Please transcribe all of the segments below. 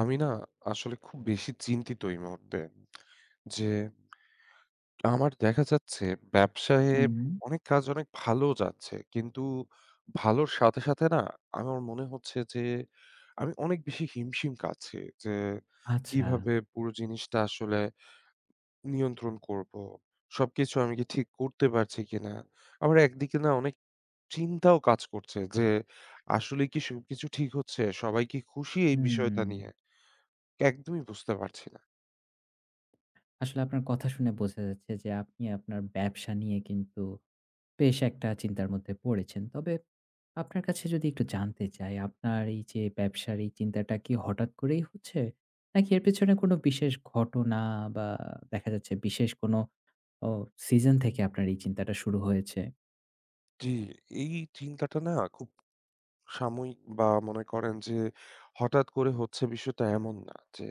আমি না আসলে খুব বেশি চিন্তিত এই মুহূর্তে। যে আমার দেখা যাচ্ছে ব্যবসায় হুম, অনেক কাজ অনেক ভালো যাচ্ছে। কিন্তু ভালোর সাথে না আমার মনে হচ্ছে যে আমি অনেক বেশি হিমশিম খাচ্ছি। যে আচ্ছা। কিভাবে পুরো জিনিসটা আসলে নিয়ন্ত্রণ করব? সবকিছু আমি কি ঠিক করতে পারছি কিনা? আবার একদিকে না অনেক চিন্তাও কাজ করছে যে আসলে কি সবকিছু ঠিক হচ্ছে? সবাই কি খুশি এই বিষয়টা হুম, নিয়ে? একদমই বুঝতে পারছি না। আসলে আপনার কথা শুনে বোঝা যাচ্ছে যে আপনি আপনার ব্যবসা নিয়ে কিন্তু বেশ একটা চিন্তার মধ্যে পড়েছেন। তবে আপনার কাছে যদি একটু জানতে চাই, আপনার এই যে ব্যবসার এই চিন্তাটা কি হঠাৎ করেই হচ্ছে? নাকি এর পেছনে কোনো বিশেষ ঘটনা বা দেখা যাচ্ছে বিশেষ কোনো ও সিজন থেকে আপনার এই চিন্তাটা শুরু হয়েছে? জি, এই চিন্তাটা না খুব সাময়িক বা মনে করেন যে হঠাৎ করে হচ্ছে বিষয়টা এমন না। যে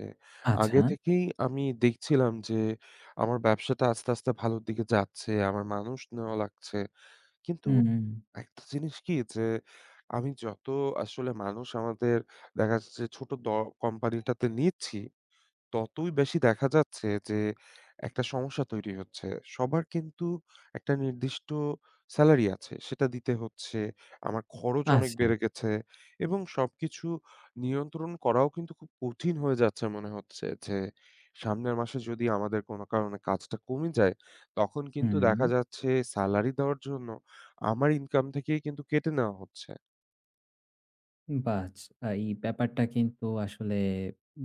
আগে আচ্ছা। থেকেই আমি দেখছিলাম যে আমার ব্যবসাটা আস্তে, আস্তে ভালোর দিকে যাচ্ছে। আমার মানুষ নেওয়া লাগছে। কিন্তু হুম, একটা জিনিস কি যে আমি যত আসলে মানুষ আমাদের দেখা যাচ্ছে ছোট দ কোম্পানিটাতে নিচ্ছি ততই বেশি দেখা যাচ্ছে যে একটা সমস্যা তৈরি হচ্ছে। সবার কিন্তু একটা নির্দিষ্ট সেলারি আছে। সেটা দিতে হচ্ছে। আমার খরচ অনেক আচ্ছা। বেড়ে গেছে এবং সবকিছু নিয়ন্ত্রণ করাও কিন্তু খুব কঠিন হয়ে যাচ্ছে মনে হচ্ছে যে, সামনের মাসে যদি আমাদের কোনো কারণে কাজটা কমে যায়, তখন কিন্তু হুম। দেখা যাচ্ছে সেলারি দেওয়ার জন্য আমার ইনকাম থেকেই কিন্তু কেটে নেওয়া হচ্ছে। বাহ! এই ব্যাপারটা কিন্তু আসলে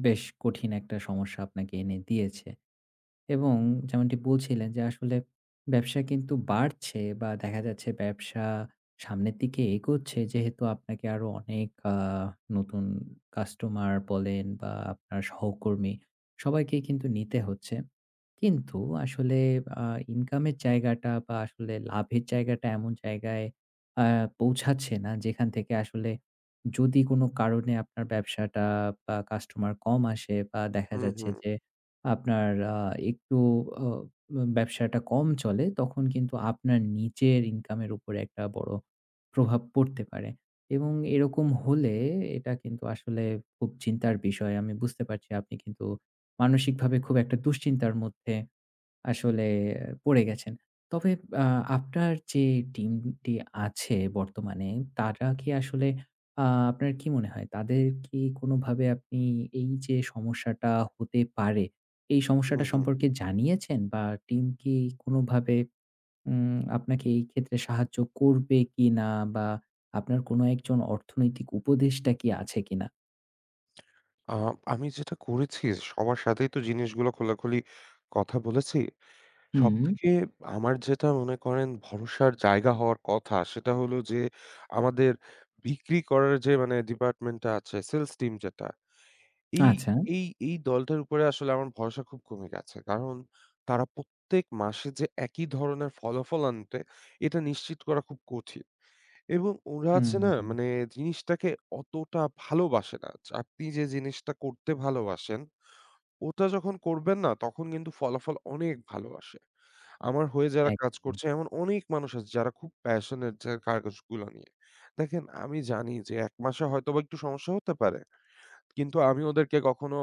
বেশ কঠিন একটা সমস্যা আপনাকে এনে দিয়েছে। এবং যেমনটি বলছিলেন যে আসলে ব্যবসা কিন্তু বাড়ছে বা দেখা যাচ্ছে ব্যবসা সামনের দিকে এগোচ্ছে, যেহেতু আপনাকে আরো অনেক নতুন কাস্টমার বলেন বা আপনার সহকর্মী সবাইকেই কিন্তু নিতে হচ্ছে। কিন্তু আসলে আ ইনকামের জায়গাটা বা আসলে লাভের জায়গাটা এমন জায়গায় আ পৌঁছাচ্ছে না, যেখান থেকে আসলে যদি কোনো কারণে আপনার ব্যবসাটা বা কাস্টমার কম আসে বা দেখা হুম, যাচ্ছে হুম, যে আপনার আ একটু অ ব্যবসাটা কম চলে, তখন কিন্তু আপনার নিজের ইনকামের উপরে একটা বড় প্রভাব পড়তে পারে এবং এরকম হলে এটা কিন্তু আসলে খুব চিন্তার বিষয়। আমি বুঝতে পারছি আপনি কিন্তু মানসিকভাবে খুব একটা দুশ্চিন্তার মধ্যে আসলে পড়ে গেছেন। তবে আ আপনার যে টিমটি আছে বর্তমানে, তারা কি আসলে আ আপনার কি মনে হয় তাদের কি কোনোভাবে আপনি এই যে সমস্যাটা হতে পারে, এই হুম, সমস্যাটা হুম। সম্পর্কে জানিয়েছেন? বা টিম কি কোনোভাবে আপনাকে এই ক্ষেত্রে সাহায্য করবে কিনা? বা আপনার কোনো একজন অর্থনৈতিক উপদেষ্টা কি আছে কিনা? আ আমি যেটা করেছি সবার সাথেই তো জিনিসগুলো খোলাখুলি কথা বলেছি। হুম, সবথেকে আমার যেটা মনে করেন ভরসার জায়গা হওয়ার কথা সেটা হলো যে আমাদের বিক্রি করার যে মানে ডিপার্টমেন্টটা আছে সেলস টিম যেটা এই আচ্ছা। এই এই দলটার উপরে আসলে আমার ভরসা খুব কমে গেছে। কারণ তারা প্রত্যেক মাসে যে একই ধরনের ফলাফল আনবে এটা নিশ্চিত করা খুব কঠিন। এবং ওরা আছে হুম, না মানে জিনিসটাকে অতটা ভালোবাসে না। আপনি যে জিনিসটা করতে ভালোবাসেন, ওটা যখন করবেন না তখন কিন্তু ফলাফল অনেক ভালো আসে। আমার হয়ে যারা কাজ একদম। করছে এমন অনেক মানুষ আছে যারা খুব passionate যে কাগজগুলো নিয়ে। দেখেন আমি জানি যে ১ মাসে হয়তোবা একটু সমস্যা হতে পারে। কিন্তু আমি ওদেরকে কখনো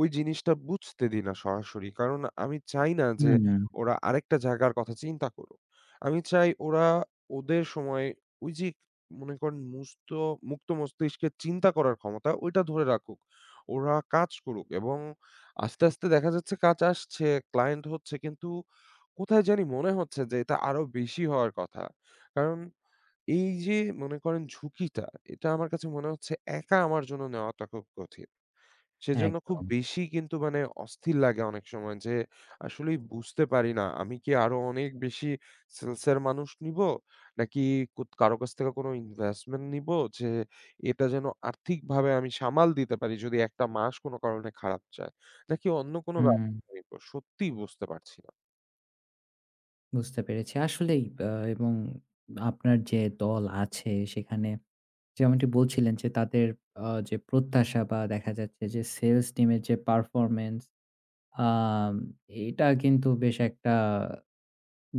ওই জিনিসটা বুঝতে দিই না সরাসরি। কারণ আমি চাই না যে হুম, ওরা আরেকটা জায়গার কথা চিন্তা করুক। আমি চাই ওরা ওদের সময় ওই যে মনে করেন মুক্ত মস্তিষ্কের চিন্তা করার ক্ষমতা ওইটা ধরে রাখুক। ওরা কাজ করুক এবং আস্তে, আস্তে দেখা যাচ্ছে কাজ আসছে, ক্লায়েন্ট হচ্ছে কিন্তু কোথায় জানি মনে হচ্ছে যে এটা আরো বেশি হওয়ার কথা। কারণ এই যে মনে করেন ঝুঁকিটা এটা আমার কাছে মনে হচ্ছে একা আমার জন্য নেওয়াটা খুব কঠিন। সেজন্য খুব একদম। বেশি কিন্তু মানে অস্থির লাগে অনেক সময় যে আসলেই বুঝতে পারি না আমি কি আরো অনেক বেশি সেলস এর মানুষ নিবো? নাকি কারো কাছ থেকে কোনো ইনভেস্টমেন্ট নিবো যে এটা যেন আর্থিকভাবে আমি সামাল দিতে পারি যদি একটা মাস কোনো কারণে খারাপ যায়? নাকি অন্য কোনো হুম। ব্যবস্থা নিবো? সত্যিই বুঝতে পারছি না। বুঝতে পেরেছি। আসলেই এবং আপনার যে দল আছে সেখানে যেমনটি বলছিলেন যে তাদের যে প্রত্যাশা বা দেখা যাচ্ছে যে সেলস টিমের যে পারফরম্যান্স, আম এটা কিন্তু বেশ একটা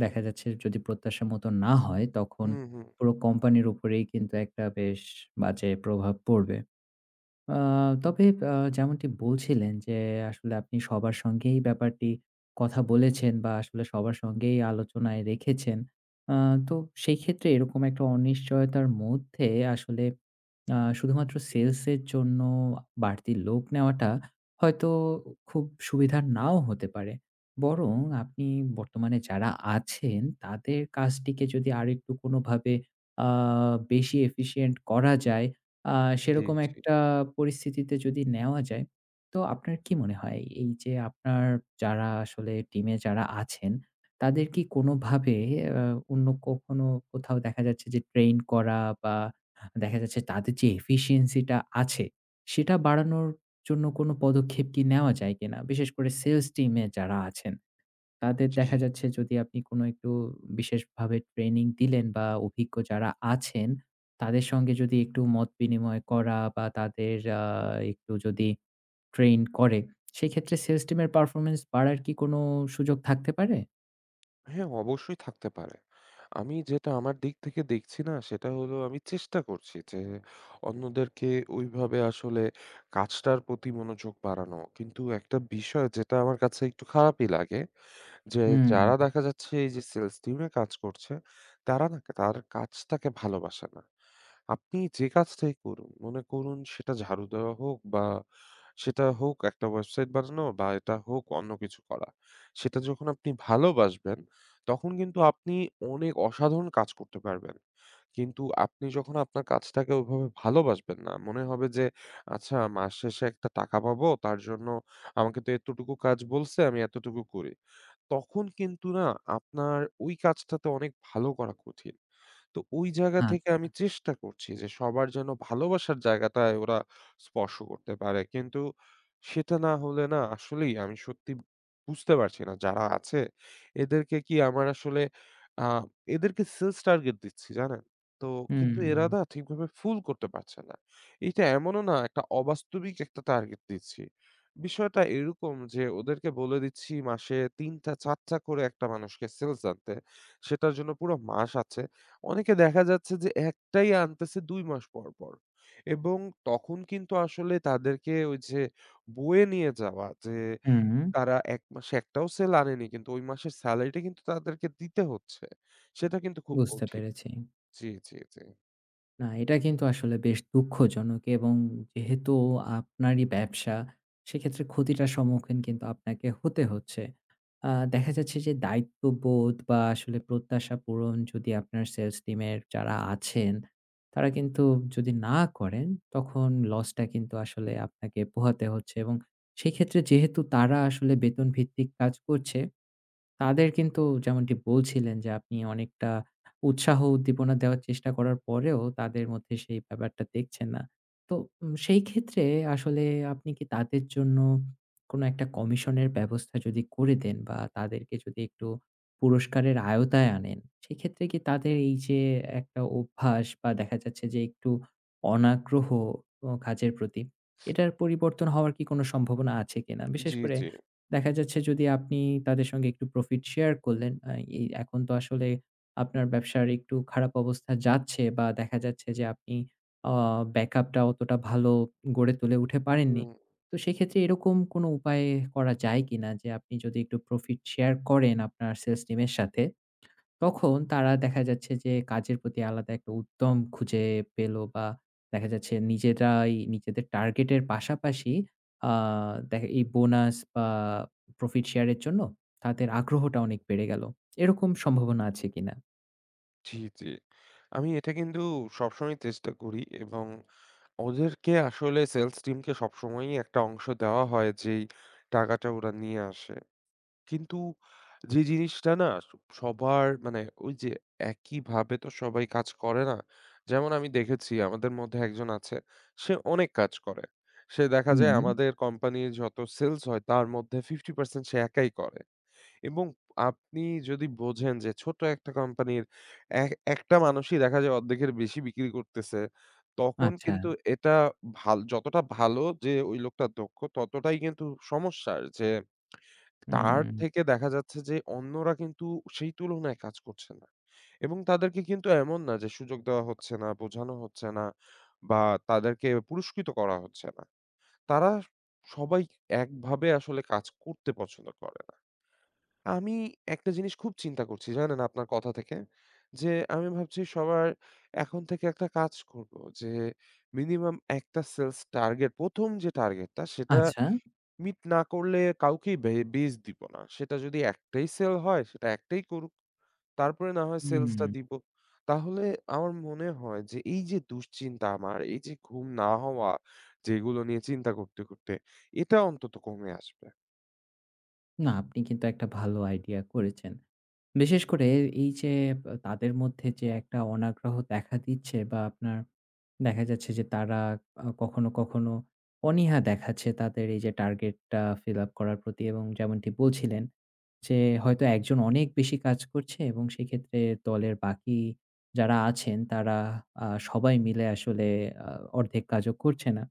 দেখা যাচ্ছে যদি প্রত্যাশা মতো না হয় তখন হুম, হুম। পুরো কোম্পানির উপরেই কিন্তু একটা বেশ বাজে প্রভাব পড়বে। আ তবে যেমনটি বলছিলেন যে, আসলে আপনি সবার সঙ্গেই ব্যাপারটি কথা বলেছেন বা আসলে সবার সঙ্গেই আলোচনায় রেখেছেন। আ তো সেই ক্ষেত্রে এরকম একটা অনিশ্চয়তার মধ্যে আসলে শুধুমাত্র সেলসের জন্য বাড়তি লোক নেওয়াটা হয়তো খুব সুবিধার নাও হতে পারে। বরং আপনি বর্তমানে যারা আছেন তাদের কাজটিকে যদি আরেকটু কোনোভাবে আ বেশি এফিশিয়েন্ট করা যায়, আ জি, সেরকম জি, একটা পরিস্থিতিতে যদি নেওয়া যায়, তো আপনার কি মনে হয় এই যে আপনার যারা আসলে টিমে যারা আছেন, তাদের কি কোনোভাবে আ অন্য কখনো কোথাও দেখা যাচ্ছে যে ট্রেইন করা বা দেখা যাচ্ছে তাদের যে efficiency টা আছে, সেটা বাড়ানোর জন্য কোনো পদক্ষেপ কি নেওয়া যায় কিনা? বিশেষ করে সেলস টিমে যারা আছেন, তাদের জি। দেখা যাচ্ছে যদি আপনি কোনো একটু বিশেষভাবে ট্রেনিং দিলেন বা অভিজ্ঞ যারা আছেন, তাদের সঙ্গে যদি একটু মত বিনিময় করা বা তাদের আ একটু যদি ট্রেন করে, সেক্ষেত্রে সেলস টিমের পারফরম্যান্স বাড়ার কি কোনো সুযোগ থাকতে পারে? হ্যাঁ, অবশ্যই থাকতে পারে। আমি যেটা আমার দিক থেকে দেখছি না সেটা হলো আমি চেষ্টা করছি যে অন্যদেরকে ওইভাবে আসলে কাজটার প্রতি মনোযোগ বাড়ানো। কিন্তু একটা বিষয় যেটা আমার কাছে একটু খারাপই লাগে যে হুম, যারা দেখা যাচ্ছে এই যে সেলস টিমে কাজ করছে, তারা না তার কাজটাকে ভালোবাসে না। আপনি যে কাজটাই করুন, মনে করুন সেটা ঝাড়ু দেওয়া হোক বা সেটা হোক একটা ওয়েবসাইট বানানো বা এটা হোক অন্য কিছু করা। সেটা যখন আপনি ভালোবাসবেন, তখন কিন্তু আপনি অনেক অসাধারণ কাজ করতে পারবেন। কিন্তু আপনি যখন আপনার কাজটাকে ওইভাবে ভালোবাসবেন না, মনে হবে যে আচ্ছা মাস শেষে একটা টাকা পাবো, তার জন্য আমাকে তো এতটুকু কাজ বলছে, আমি এতটুকু করি। তখন কিন্তু না আপনার ওই কাজটাতে অনেক ভালো করা কঠিন। তো ওই জায়গা থেকে আচ্ছা। আমি চেষ্টা করছি যে সবার যেন ভালোবাসার জায়গাটায় ওরা স্পর্শ করতে পারে। কিন্তু সেটা না হলে না আসলেই আমি সত্যি বুঝতে পারছি না যারা আছে এদেরকে কি আমার আসলে আ এদেরকে সেলস টার্গেট দিচ্ছি জানেন? তো কিন্তু এরা হুম, না ঠিকভাবে ফুল করতে পারছে না। এটা এমনও না একটা অবাস্তবিক একটা টার্গেট দিচ্ছি। বিষয়টা এরকম যে ওদেরকে বলে দিচ্ছি মাসে ৩ টা ৪ টা করে একটা মানুষকে সেলস আনতে। সেটার জন্য পুরো মাস আছে। অনেকে দেখা যাচ্ছে যে একটাই আনতেছে ২ মাস পর, পর। এবং তখন কিন্তু আসলে তাদেরকে ওই যে বয়ে নিয়ে যাওয়া যে হুম, তারা ১ মাসে একটাও সেল আনেনি কিন্তু ওই মাসের সেলারিটা কিন্তু তাদেরকে দিতে হচ্ছে। সেটা কিন্তু খুব বুঝতে কঠিন। পেরেছি। জি, জি, জি। না, এটা কিন্তু আসলে বেশ দুঃখজনক এবং যেহেতু আপনারই ব্যবসা, সেক্ষেত্রে ক্ষতিটার সম্মুখীন কিন্তু আপনাকে হতে হচ্ছে। দেখা যাচ্ছে যে দায়িত্ববোধ বা আসলে প্রত্যাশা পূরণ যদি আপনার সেলস টিমের যারা আছেন, তারা কিন্তু যদি না করেন, তখন লসটা কিন্তু আসলে আপনাকে পোহাতে হচ্ছে এবং সেক্ষেত্রে যেহেতু তারা আসলে বেতনভিত্তিক কাজ করছে, তাদের কিন্তু যেমনটি বলছিলেন যে আপনি অনেকটা উৎসাহ উদ্দীপনা দেওয়ার চেষ্টা করার পরেও তাদের মধ্যে সেই ব্যাপারটা দেখছেন না। তো সেই ক্ষেত্রে আসলে আপনি কি তাদের জন্য কোনো একটা কমিশনের ব্যবস্থা যদি করে দেন বা তাদেরকে যদি একটু পুরস্কারের আওতায় আনেন, সেক্ষেত্রে কি তাদের এই যে একটা অভ্যাস বা দেখা যাচ্ছে যে একটু অনাগ্রহ কাজের প্রতি, এটার পরিবর্তন হওয়ার কি কোনো সম্ভাবনা আছে কিনা? বিশেষ জি, করে জি। দেখা যাচ্ছে যদি আপনি তাদের সঙ্গে একটু প্রফিট শেয়ার করলেন, এই এখন তো আসলে আপনার ব্যবসার একটু খারাপ অবস্থা যাচ্ছে বা দেখা যাচ্ছে যে আপনি আ ব্যাকআপটা অতটা ভালো গড়ে তুলে উঠে পারেননি। হুম, তো সেক্ষেত্রে এরকম কোনো উপায় করা যায় কিনা যে আপনি যদি একটু প্রফিট শেয়ার করেন আপনার সেলস টিমের সাথে? তখন তারা দেখা যাচ্ছে যে কাজের প্রতি আলাদা একটা উদ্যম খুঁজে পেল বা দেখা যাচ্ছে নিজেরাই নিজেদের টার্গেটের পাশাপাশি আ দেখা এই বোনাস বা প্রফিট শেয়ারের জন্য তাদের আগ্রহটা অনেক বেড়ে গেল। এরকম সম্ভাবনা আছে কিনা? জি, জি। আমি এটা কিন্তু সবসময় চেষ্টা করি এবং ওদেরকে আসলে সেলস টিমকে সবসময়ই একটা অংশ দেওয়া হয় যেই টাকাটা ওরা নিয়ে আসে। কিন্তু যে জিনিসটা না সবার মানে ওই যে একইভাবে তো সবাই কাজ করে না। যেমন আমি দেখেছি আমাদের মধ্যে একজন আছে, সে অনেক কাজ করে। সে দেখা হুম। যায় আমাদের কোম্পানির যত সেলস হয় তার মধ্যে 50% সে একাই করে। এবং আপনি যদি বোঝেন যে ছোট একটা কোম্পানির এক একটা মানুষই দেখা যায় অর্ধেকের বেশি বিক্রি করতেছে, তখন আচ্ছা। কিন্তু এটা ভাল যতটা ভালো যে ওই লোকটা দক্ষ ততটাই কিন্তু সমস্যার যে তার হুম। থেকে দেখা যাচ্ছে যে অন্যরা কিন্তু সেই তুলনায় কাজ করছে না। এবং তাদেরকে কিন্তু এমন না যে সুযোগ দেওয়া হচ্ছে না, বোঝানো হচ্ছে না বা তাদেরকে পুরস্কৃত করা হচ্ছে না। তারা সবাই একভাবে আসলে কাজ করতে পছন্দ করে না। আমি একটা জিনিস খুব চিন্তা করছি জানেন আপনার কথা থেকে। যে আমি ভাবছি সবার এখন থেকে একটা কাজ করব যে মিনিমাম একটা সেলস টার্গেট ১ম যে টার্গেটটা সেটা আচ্ছা। মিট না করলে কাউকেই বেচ দিব না। সেটা যদি একটাই সেল হয় সেটা একটাই করুক। তারপরে না হয় সেলসটা হুম। দিব। তাহলে আমার মনে হয় যে এই যে দুশ্চিন্তা আমার, এই যে ঘুম না হওয়া যেগুলো নিয়ে চিন্তা করতে, করতে এটা অন্তত কমে আসবে। না, আপনি কিন্তু একটা ভালো আইডিয়া করেছেন। বিশেষ করে এই যে তাদের মধ্যে যে একটা অনাগ্রহ দেখা দিচ্ছে বা আপনার দেখা যাচ্ছে যে তারা কখনো, কখনো অনীহা দেখাচ্ছে তাদের এই যে টার্গেটটা ফিল আপ করার প্রতি এবং যেমনটি বলছিলেন যে হয়তো একজন অনেক বেশি কাজ করছে এবং সেক্ষেত্রে দলের বাকি যারা আছেন তারা সবাই মিলে আসলে আ অর্ধেক কাজও করছে না।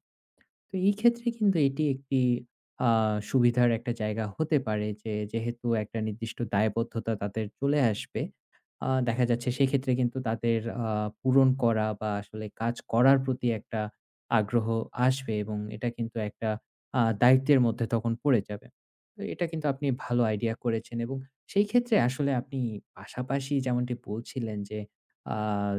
তো এই ক্ষেত্রে কিন্তু এটি একটি আ সুবিধার একটা জায়গা হতে পারে যে যেহেতু একটা নির্দিষ্ট দায়বদ্ধতা তাদের চলে আসবে, দেখা যাচ্ছে সেক্ষেত্রে কিন্তু তাদের পূরণ করা বা আসলে কাজ করার প্রতি একটা আগ্রহ আসবে এবং এটা কিন্তু একটা দায়িত্বের মধ্যে তখন পড়ে যাবে। তো এটা কিন্তু আপনি ভালো আইডিয়া করেছেন এবং সেই ক্ষেত্রে আসলে আপনি পাশাপাশি যেমনটি বলছিলেন যে, আ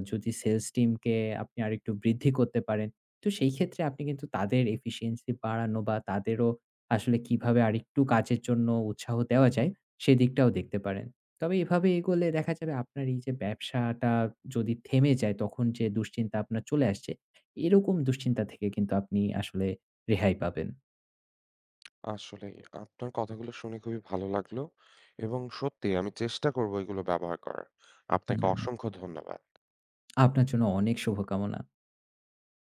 যদি সেলস টিমকে আপনি আরেকটু বৃদ্ধি করতে পারেন, তো সেই ক্ষেত্রে আপনি কিন্তু তাদের এফিশিয়েন্সি বাড়ানো বা তাদেরও আসলে কিভাবে আরেকটু কাজের জন্য উৎসাহ দেওয়া যায়, সেদিকটাও দেখতে পারেন। তবে এভাবে এগোলে দেখা যাবে আপনার এই যে ব্যবসাটা যদি থেমে যায় তখন যে দুশ্চিন্তা আপনার চলে আসছে, এরকম দুশ্চিন্তা থেকে কিন্তু আপনি আসলে রেহাই পাবেন। আসলেই আপনার কথাগুলো শুনে খুবই ভালো লাগলো এবং সত্যি আমি চেষ্টা করব এগুলো ব্যবহার করার। আপনাকে হুম, অসংখ্য ধন্যবাদ। আপনার জন্য অনেক শুভকামনা।